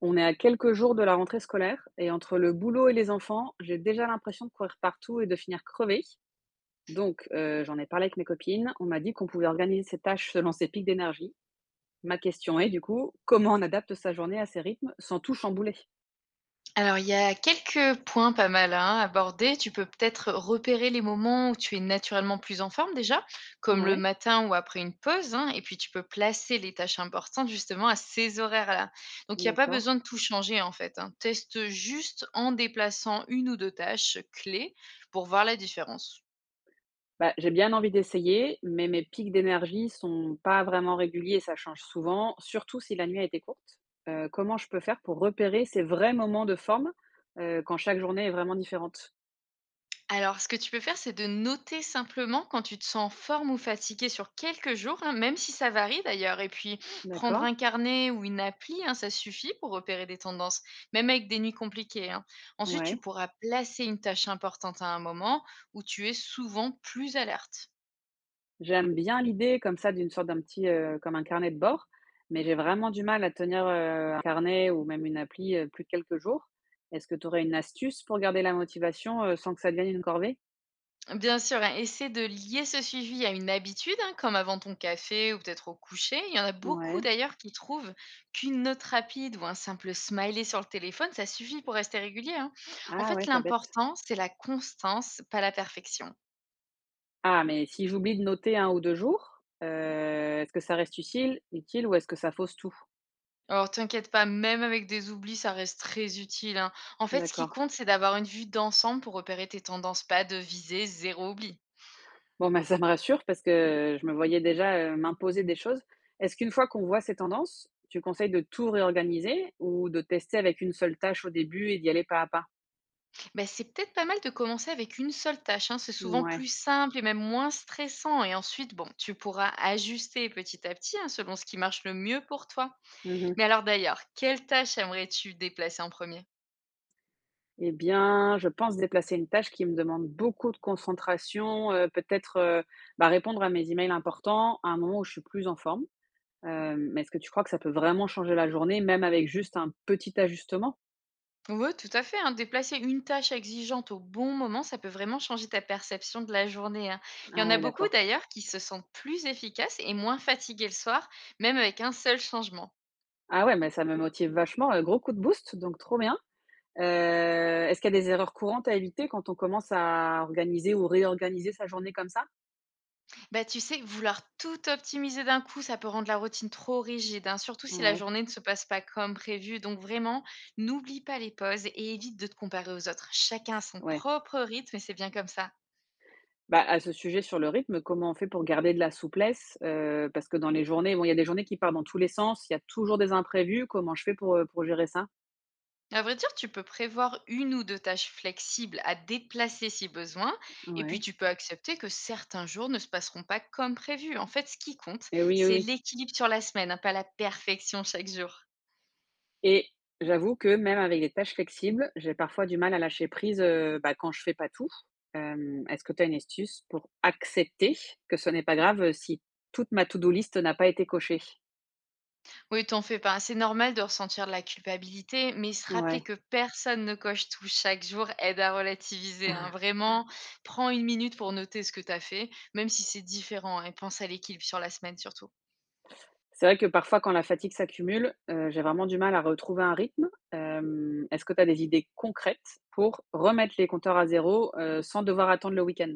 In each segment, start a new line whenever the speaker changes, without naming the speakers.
On est à quelques jours de la rentrée scolaire et entre le boulot et les enfants, j'ai déjà l'impression de courir partout et de finir crevée. Donc, j'en ai parlé avec mes copines. On m'a dit qu'on pouvait organiser ses tâches selon ses pics d'énergie. Ma question est, du coup, comment on adapte sa journée à ses rythmes sans tout chambouler?
Alors, il y a quelques points pas mal, hein, abordés. Tu peux peut-être repérer les moments où tu es naturellement plus en forme déjà, comme le
Ouais,
matin ou après une pause, hein, et puis tu peux placer les tâches importantes justement à ces horaires-là. Donc, il n'y a pas
d'accord.
besoin de tout changer en fait, hein. Teste juste en déplaçant une ou deux tâches clés pour voir la différence.
Bah, j'ai bien envie d'essayer, mais mes pics d'énergie sont pas vraiment réguliers, ça change souvent, surtout si la nuit a été courte. Comment je peux faire pour repérer ces vrais moments de forme quand chaque journée est vraiment différente?
Alors, ce que tu peux faire, c'est de noter simplement quand tu te sens en forme ou fatigué sur quelques jours, hein, même si ça varie d'ailleurs. Et puis, prendre
D'accord.
un carnet ou une appli, hein, ça suffit pour repérer des tendances, même avec des nuits compliquées, hein. Ensuite, tu
Ouais.
pourras placer une tâche importante à un moment où tu es souvent plus alerte.
J'aime bien l'idée comme ça d'une sorte d'un petit, comme un carnet de bord, mais j'ai vraiment du mal à tenir, un carnet ou même une appli, plus de quelques jours. Est-ce que tu aurais une astuce pour garder la motivation, sans que ça devienne une corvée?
Bien sûr, hein, essaie de lier ce suivi à une habitude, hein, comme avant ton café ou peut-être au coucher. Il y en a beaucoup
Ouais.
d'ailleurs qui trouvent qu'une note rapide ou un simple smiley sur le téléphone, ça suffit pour rester régulier, hein. En
Ah
fait,
ouais, pas bête.
l'important, c'est la constance, pas la perfection.
Ah, mais si j'oublie de noter un ou 2 jours, est-ce que ça reste utile ou est-ce que ça fausse tout?
Alors, t'inquiète pas, même avec des oublis, ça reste très utile, hein. En fait, ce qui
D'accord.
compte, c'est d'avoir une vue d'ensemble pour repérer tes tendances, pas de viser zéro oubli.
Bon, bah, ça me rassure parce que je me voyais déjà, m'imposer des choses. Est-ce qu'une fois qu'on voit ces tendances, tu conseilles de tout réorganiser ou de tester avec une seule tâche au début et d'y aller pas à pas?
Ben c'est peut-être pas mal de commencer avec une seule tâche, hein, c'est souvent
Ouais.
plus simple et même moins stressant. Et ensuite, bon, tu pourras ajuster petit à petit, hein, selon ce qui marche le mieux pour toi.
Mmh.
Mais alors d'ailleurs, quelle tâche aimerais-tu déplacer en premier?
Eh bien, je pense déplacer une tâche qui me demande beaucoup de concentration, peut-être, bah, répondre à mes emails importants à un moment où je suis plus en forme. Mais est-ce que tu crois que ça peut vraiment changer la journée, même avec juste un petit ajustement?
Oui, tout à fait, hein. Déplacer une tâche exigeante au bon moment, ça peut vraiment changer ta perception de la journée, hein. Il y
Ah
en a
ouais,
beaucoup
d'accord.
d'ailleurs qui se sentent plus efficaces et moins fatigués le soir, même avec un seul changement.
Ah ouais, mais ça me motive vachement, gros coup de boost, donc trop bien. Est-ce qu'il y a des erreurs courantes à éviter quand on commence à organiser ou réorganiser sa journée comme ça?
Bah, tu sais, vouloir tout optimiser d'un coup, ça peut rendre la routine trop rigide, hein, surtout si la
Ouais,
journée ne se passe pas comme prévu. Donc vraiment, n'oublie pas les pauses et évite de te comparer aux autres. Chacun a son
ouais.
propre rythme et c'est bien comme ça.
Bah, à ce sujet sur le rythme, comment on fait pour garder de la souplesse? Parce que dans les journées, bon, il y a des journées qui partent dans tous les sens, il y a toujours des imprévus. Comment je fais pour gérer ça?
À vrai dire, tu peux prévoir une ou deux tâches flexibles à déplacer si besoin, et puis
Ouais
tu peux accepter que certains jours ne se passeront pas comme prévu. En fait, ce qui compte,
et oui, oui,
c'est
oui
l'équilibre sur la semaine, hein, pas la perfection chaque jour.
et j'avoue que même avec des tâches flexibles, j'ai parfois du mal à lâcher prise, bah, quand je fais pas tout. Est-ce que tu as une astuce pour accepter que ce n'est pas grave, si toute ma to do list n'a pas été cochée?
Oui, t'en fais pas. C'est normal de ressentir de la culpabilité, mais se
Ouais.
rappeler que personne ne coche tout chaque jour aide à relativiser, hein. Vraiment, prends une minute pour noter ce que t'as fait, même si c'est différent, hein, et pense à l'équilibre sur la semaine surtout.
C'est vrai que parfois quand la fatigue s'accumule, j'ai vraiment du mal à retrouver un rythme. Est-ce que tu as des idées concrètes pour remettre les compteurs à zéro sans devoir attendre le week-end?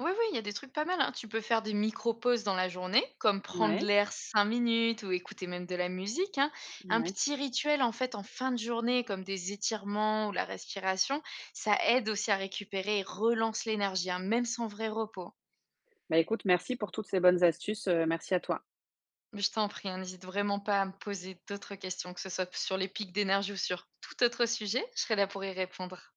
Oui, oui, il y a des trucs pas mal, hein. Tu peux faire des micro-pauses dans la journée, comme prendre
Ouais,
l'air 5 minutes ou écouter même de la musique, hein. Un
ouais.
petit rituel en fin de journée, comme des étirements ou la respiration, ça aide aussi à récupérer et relance l'énergie, hein, même sans vrai repos.
Bah, écoute, merci pour toutes ces bonnes astuces, merci à toi.
Je t'en prie, hein, n'hésite vraiment pas à me poser d'autres questions, que ce soit sur les pics d'énergie ou sur tout autre sujet, je serai là pour y répondre.